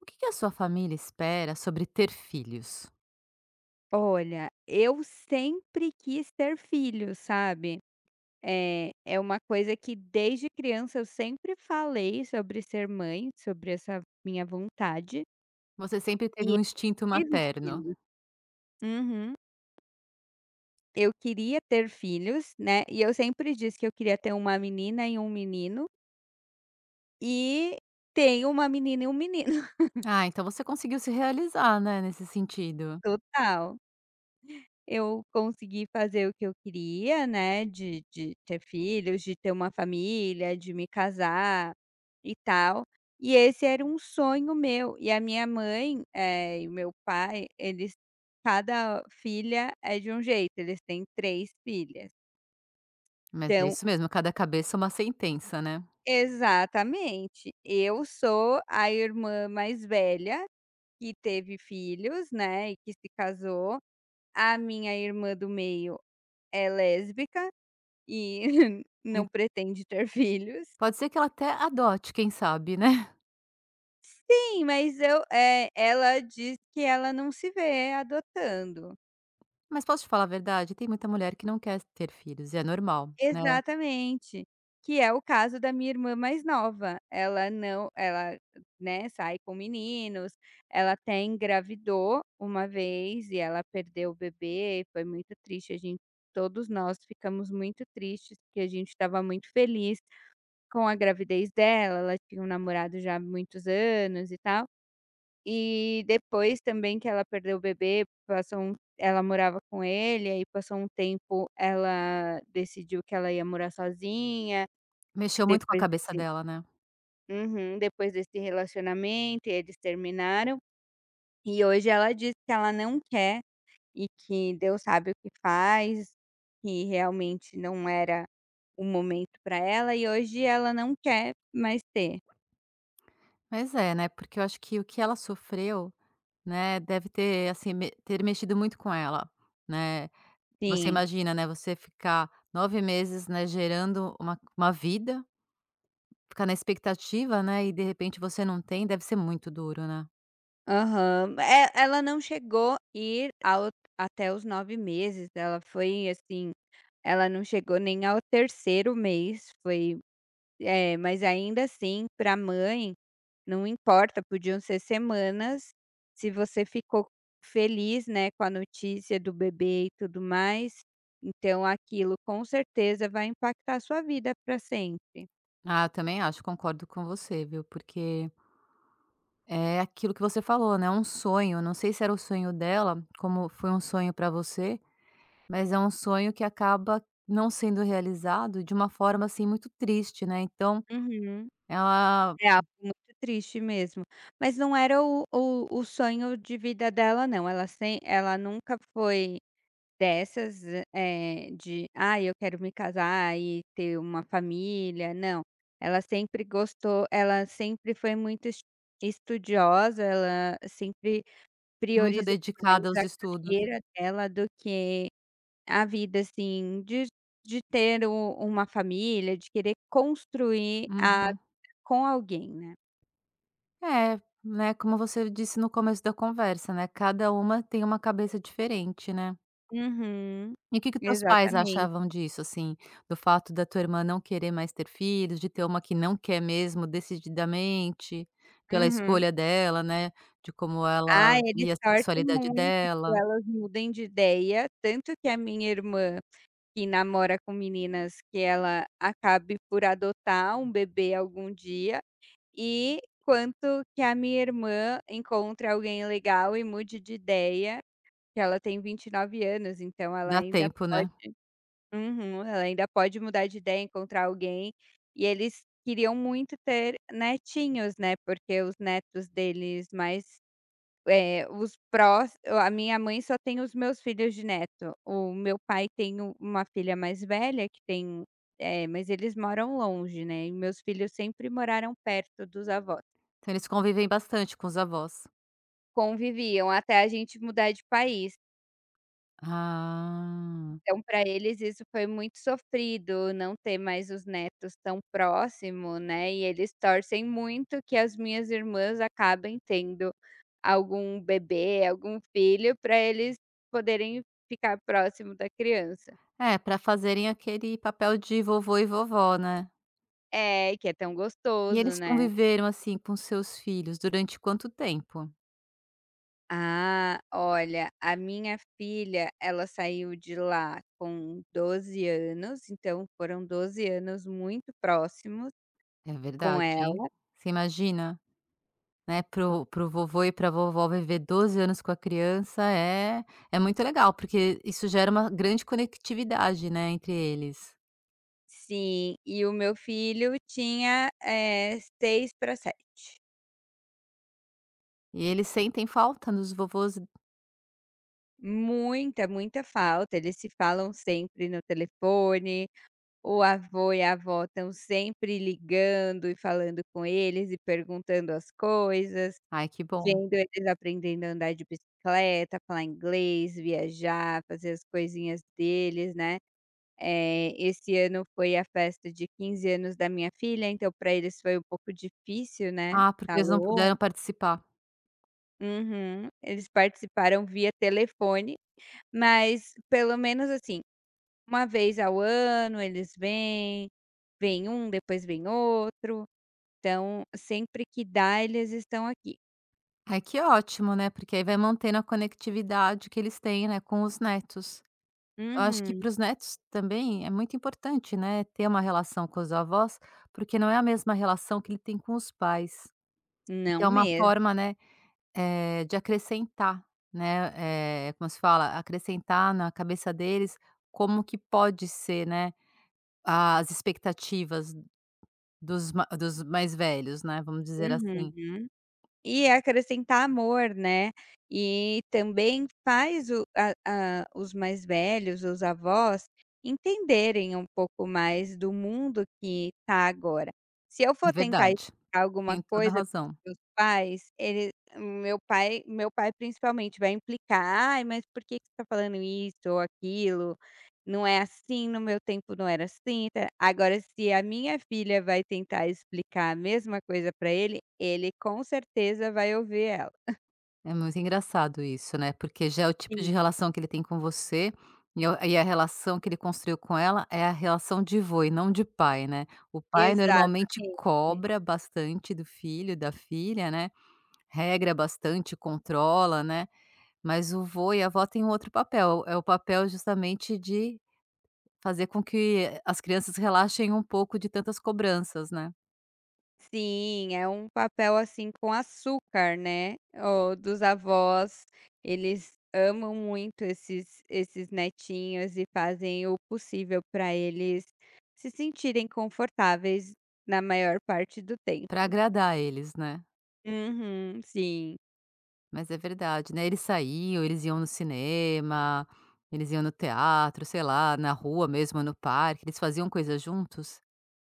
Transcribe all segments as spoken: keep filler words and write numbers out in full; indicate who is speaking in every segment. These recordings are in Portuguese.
Speaker 1: O que que a sua família espera sobre ter filhos?
Speaker 2: Olha, eu sempre quis ter filhos, sabe. É, é uma coisa que desde criança eu sempre falei sobre ser mãe, sobre essa minha vontade.
Speaker 1: Você sempre
Speaker 2: E
Speaker 1: teve
Speaker 2: eu
Speaker 1: um instinto
Speaker 2: tive
Speaker 1: materno.
Speaker 2: filhos. Uhum. Eu queria ter filhos, né, e eu sempre disse que eu queria ter uma menina e um menino, e tenho uma menina e um menino,
Speaker 1: Ah, então você conseguiu se realizar, né, nesse sentido.
Speaker 2: total. Eu consegui fazer o que eu queria, né, de de ter filhos, de ter uma família, de me casar e tal. E esse era um sonho meu. E a minha mãe, eh, e o meu pai, eles cada filha é de um jeito, eles têm três filhas.
Speaker 1: Mas é
Speaker 2: Então
Speaker 1: isso mesmo, cada cabeça é uma sentença, né.
Speaker 2: exatamente, eu sou a irmã mais velha que teve filhos, né, e que se casou. A minha irmã do meio é lésbica. E
Speaker 1: E
Speaker 2: não pretende ter filhos.
Speaker 1: pode ser que ela até adote, quem sabe, né.
Speaker 2: Sim, mas eu é, ela diz que ela não se vê adotando.
Speaker 1: Mas posso te falar a verdade? Tem muita mulher que não quer ter filhos e é normal, né.
Speaker 2: Exatamente. Que é o caso da minha irmã mais nova. Ela não ela, né, sai com meninos, ela até engravidou uma vez e ela perdeu o bebê, foi muito triste, a gente todos nós ficamos muito tristes, porque a gente estava muito feliz com a gravidez dela, ela tinha um namorado já há muitos anos e tal. E depois também que ela perdeu o bebê, passou um ela morava com ele, aí passou um tempo, ela decidiu que ela ia morar sozinha,
Speaker 1: Mexeu muito com a
Speaker 2: depois
Speaker 1: cabeça
Speaker 2: desse
Speaker 1: dela, né.
Speaker 2: uhum, depois desse relacionamento e eles terminaram. E hoje ela diz que ela não quer e que Deus sabe o que faz, que realmente não era o momento para ela e hoje ela não quer mais ter.
Speaker 1: Mas é, né, porque eu acho que o que ela sofreu, né, deve ter, assim, me ter mexido muito com ela, né. Você
Speaker 2: Sim.
Speaker 1: imagina, né, você ficar nove meses, né, gerando uma uma vida, ficar na expectativa, né, e de repente você não tem, deve ser muito duro, né.
Speaker 2: Aham. É, ela não chegou a ir ao até os nove meses, ela foi, assim, ela não chegou nem ao terceiro mês, foi é, mas ainda assim, pra mãe, não importa, podiam ser semanas, se você ficou feliz, né, com a notícia do bebê e tudo mais, então aquilo com certeza vai impactar a sua vida para sempre.
Speaker 1: Ah, eu também acho, concordo com você, viu, porque é aquilo que você falou, né, é um sonho, não sei se era o sonho dela, como foi um sonho pra você, mas é um sonho que acaba não sendo realizado de uma forma, assim, muito triste, né, então
Speaker 2: Uhum.
Speaker 1: ela
Speaker 2: É algo muito triste mesmo. Mas não era o o o sonho de vida dela não, ela sem ela nunca foi dessas, eh, de: ah, eu quero me casar e ter uma família", não. Ela sempre gostou ela sempre foi muito es estudiosa, ela sempre
Speaker 1: é muito
Speaker 2: priorizou mais
Speaker 1: dedicada aos
Speaker 2: a
Speaker 1: estudos.
Speaker 2: carreira dela do que a vida, assim, de de ter u uma família, de querer construir a
Speaker 1: Uhum.
Speaker 2: com alguém, né.
Speaker 1: É, né, como você disse no começo da conversa, né, cada uma tem uma cabeça diferente, né.
Speaker 2: Uhum,
Speaker 1: E o que que teus pais
Speaker 2: exatamente.
Speaker 1: achavam disso, assim, do fato da tua irmã não querer mais ter filhos, de ter uma que não quer mesmo decididamente, pela
Speaker 2: Uhum.
Speaker 1: escolha dela, né, de como
Speaker 2: Ah,
Speaker 1: ela
Speaker 2: eles
Speaker 1: via a
Speaker 2: torcem
Speaker 1: sexualidade
Speaker 2: muito que
Speaker 1: dela.
Speaker 2: elas mudem de ideia, tanto que a minha irmã, que namora com meninas, que ela acabe por adotar um bebê algum dia, e quanto que a minha irmã encontre alguém legal e mude de ideia, que ela tem vinte e nove anos, então ela
Speaker 1: Dá
Speaker 2: ainda
Speaker 1: tempo,
Speaker 2: pode
Speaker 1: né.
Speaker 2: Uhum. Ela ainda pode mudar de ideia, encontrar alguém. E eles queriam muito ter netinhos, né, porque os netos deles mais eh, os prós a minha mãe só tem os meus filhos de neto. O meu pai tem u uma filha mais velha que tem eh, mas eles moram longe, né, e meus filhos sempre moraram perto dos avós.
Speaker 1: Então eles convivem bastante com os avós.
Speaker 2: Conviviam até a gente mudar de país.
Speaker 1: Ah.
Speaker 2: Então, para eles isso foi muito sofrido, não ter mais os netos tão próximo, né, e eles torcem muito que as minhas irmãs acabem tendo algum bebê, algum filho, para eles poderem ficar próximo da criança.
Speaker 1: É, pra fazerem aquele papel de vovô e vovó, né.
Speaker 2: É, que é tão
Speaker 1: E
Speaker 2: gostoso,
Speaker 1: eles
Speaker 2: né.
Speaker 1: conviveram, assim, com seus filhos durante quanto tempo?
Speaker 2: Ah, olha, a minha filha, ela saiu de lá com doze anos, então foram doze anos muito próximos
Speaker 1: É
Speaker 2: com
Speaker 1: verdade,
Speaker 2: ela.
Speaker 1: hein. Você imagina, né, pro pro vovô e para a vovó viver doze anos com a criança é é muito legal, porque isso gera uma grande conectividade, né, entre eles.
Speaker 2: Sim, e o meu filho tinha, eh, seis para sete.
Speaker 1: E eles sentem falta dos vovôs
Speaker 2: Muita, muita falta, eles se falam sempre no telefone, o avô e a avó estão sempre ligando e falando com eles e perguntando as coisas,
Speaker 1: ai, que bom.
Speaker 2: vendo eles aprendendo a andar de bicicleta, falar inglês, viajar, fazer as coisinhas deles, né. Eh, esse ano foi a festa de quinze anos da minha filha, então para eles foi um pouco difícil, né,
Speaker 1: Ah, porque
Speaker 2: Tá
Speaker 1: eles não puderam participar.
Speaker 2: Uhum. Eles participaram via telefone, mas pelo menos, assim, uma vez ao ano eles vêm, vem um, depois vem outro, então sempre que dá eles estão aqui.
Speaker 1: Ai, que ótimo, né, porque aí vai mantendo a conectividade que eles têm, né, com os netos. Eu acho que
Speaker 2: Uhum.
Speaker 1: para os netos também é muito importante, né, ter uma relação com os avós, porque não é a mesma relação que ele tem com os pais.
Speaker 2: Não
Speaker 1: Então é uma
Speaker 2: mesmo.
Speaker 1: forma, né, eh, de acrescentar, né, eh, como se fala? Acrescentar na cabeça deles como que pode ser, né, as expectativas dos ma dos mais velhos, né, vamos dizer assim.
Speaker 2: Uhum. E é acrescentar amor, né. E também faz o a a os mais velhos, os avós, entenderem um pouco mais do mundo que está agora. Se eu
Speaker 1: É
Speaker 2: for tentar explicar
Speaker 1: verdade,
Speaker 2: alguma
Speaker 1: tem toda a
Speaker 2: coisa para
Speaker 1: razão.
Speaker 2: os meus pais, ele meu pai meu pai principalmente vai implicar: "Ai, mas por que que você está falando isso ou aquilo?". Não é assim, no meu tempo não era assim, ta agora se a minha filha vai tentar explicar a mesma coisa para ele, ele com certeza vai ouvir ela.
Speaker 1: É muito engraçado isso, né, porque já é o tipo
Speaker 2: Sim.
Speaker 1: de relação que ele tem com você, e o e a relação que ele construiu com ela é a relação de vô e não de pai, né. O pai normalmente
Speaker 2: Exatamente.
Speaker 1: cobra bastante do filho, da filha, né, regra bastante, controla, né, mas o vô e a avó têm um outro papel, é o papel justamente de fazer com que as crianças relaxem um pouco de tantas cobranças, né,
Speaker 2: Sim, é um papel, assim, com açúcar, né, o dos avós, eles amam muito esses esses netinhos e fazem o possível para eles se sentirem confortáveis na maior parte do
Speaker 1: para
Speaker 2: tempo.
Speaker 1: agradar eles, né.
Speaker 2: Uhum, sim.
Speaker 1: Mas é verdade, né, eles saíam, eles iam no cinema, eles iam no teatro, sei lá, na rua mesmo, no parque, eles faziam coisas juntos?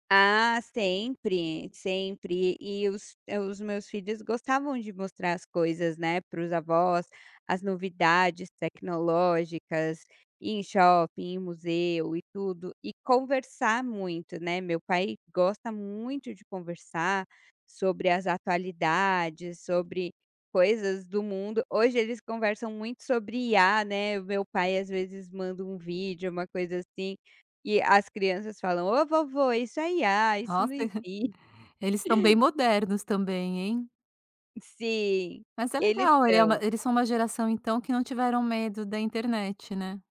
Speaker 2: Ah, sempre, sempre. E os eh, os meus filhos gostavam de mostrar as coisas, né, para os avós, as novidades tecnológicas, ir em shopping, em museu e tudo, e conversar muito, né. Meu pai gosta muito de conversar sobre as atualidades, sobre coisas do mundo. Hoje eles conversam muito sobre I a, né. O meu pai às vezes manda um vídeo, uma coisa assim, e as crianças falam: "Ô vovô, isso é I A, isso não
Speaker 1: Nossa,
Speaker 2: existe".
Speaker 1: eles estão bem modernos também, hein.
Speaker 2: Sim,
Speaker 1: Mas é
Speaker 2: eles
Speaker 1: legal, ele é uma
Speaker 2: são.
Speaker 1: eles são uma geração, então, que não tiveram medo da internet, né.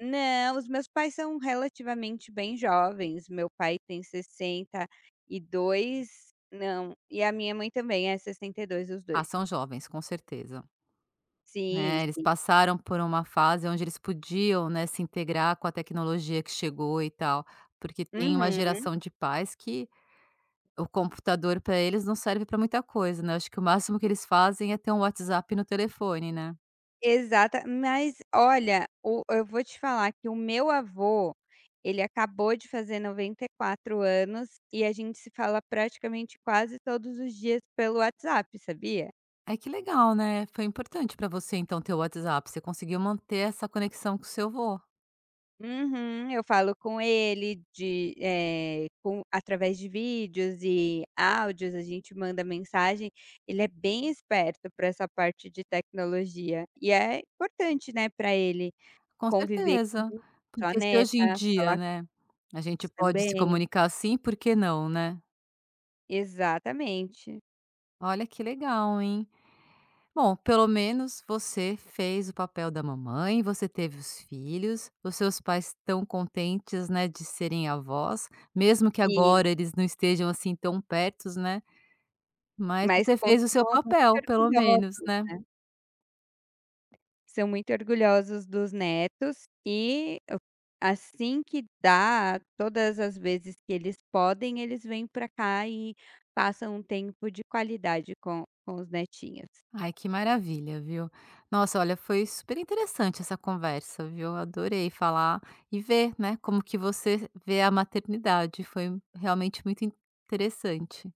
Speaker 2: Não, os meus pais são relativamente bem jovens, meu pai tem sessenta e dois não, e a minha mãe também é sessenta e dois os
Speaker 1: Ah,
Speaker 2: dois
Speaker 1: são jovens, com certeza.
Speaker 2: Sim,
Speaker 1: Né, eles
Speaker 2: sim.
Speaker 1: passaram por uma fase onde eles podiam, né, se integrar com a tecnologia que chegou e tal, porque tem uma
Speaker 2: Uhum,
Speaker 1: geração de pais que o computador para eles não serve para muita coisa, né, acho que o máximo que eles fazem é ter um WhatsApp no telefone, né.
Speaker 2: exata mas olha, o eu vou te falar que o meu avô, ele acabou de fazer noventa e quatro anos e a gente se fala praticamente quase todos os dias pelo WhatsApp, sabia?
Speaker 1: Ai que legal, né, foi importante para você então ter o WhatsApp, você conseguiu manter essa conexão com o seu vô.
Speaker 2: Uhum, eu falo com ele de eh, com através de vídeos e áudios, a gente manda mensagem. Ele é bem esperto para essa parte de tecnologia e é importante, né, para ele
Speaker 1: Com
Speaker 2: conviver
Speaker 1: certeza,
Speaker 2: com sua
Speaker 1: porque se hoje em
Speaker 2: neta, falar
Speaker 1: dia,
Speaker 2: com
Speaker 1: né, a gente
Speaker 2: isso
Speaker 1: pode se
Speaker 2: também.
Speaker 1: comunicar assim, por que não, né.
Speaker 2: Exatamente.
Speaker 1: Olha que legal, hein. Bom, pelo menos você fez o papel da mamãe, você teve os filhos, os seus pais estão contentes, né, de serem avós, mesmo que
Speaker 2: E
Speaker 1: agora eles não estejam, assim, tão pertos, né, mas
Speaker 2: mas
Speaker 1: você fez o seu
Speaker 2: continuam muito
Speaker 1: papel, pelo menos,
Speaker 2: orgulhosos,
Speaker 1: né.
Speaker 2: né. São muito orgulhosos dos netos e o assim que dá, todas as vezes que eles podem, eles vêm para cá e passam um tempo de qualidade com com os netinhos.
Speaker 1: Ai, que maravilha, viu. Nossa, olha, foi super interessante essa conversa, viu. Adorei falar e ver, né, como que você vê a maternidade, foi realmente muito interessante.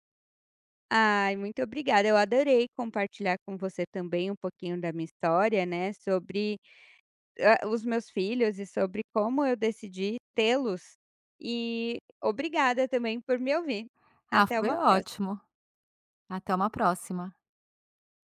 Speaker 2: Ai, muito obrigada, eu adorei compartilhar com você também um pouquinho da minha história, né, sobre, hã, os meus filhos e sobre como eu decidi tê-los. E obrigada também por me ouvir.
Speaker 1: Ah,
Speaker 2: Até
Speaker 1: foi
Speaker 2: uma próxima.
Speaker 1: ótimo. Até uma próxima.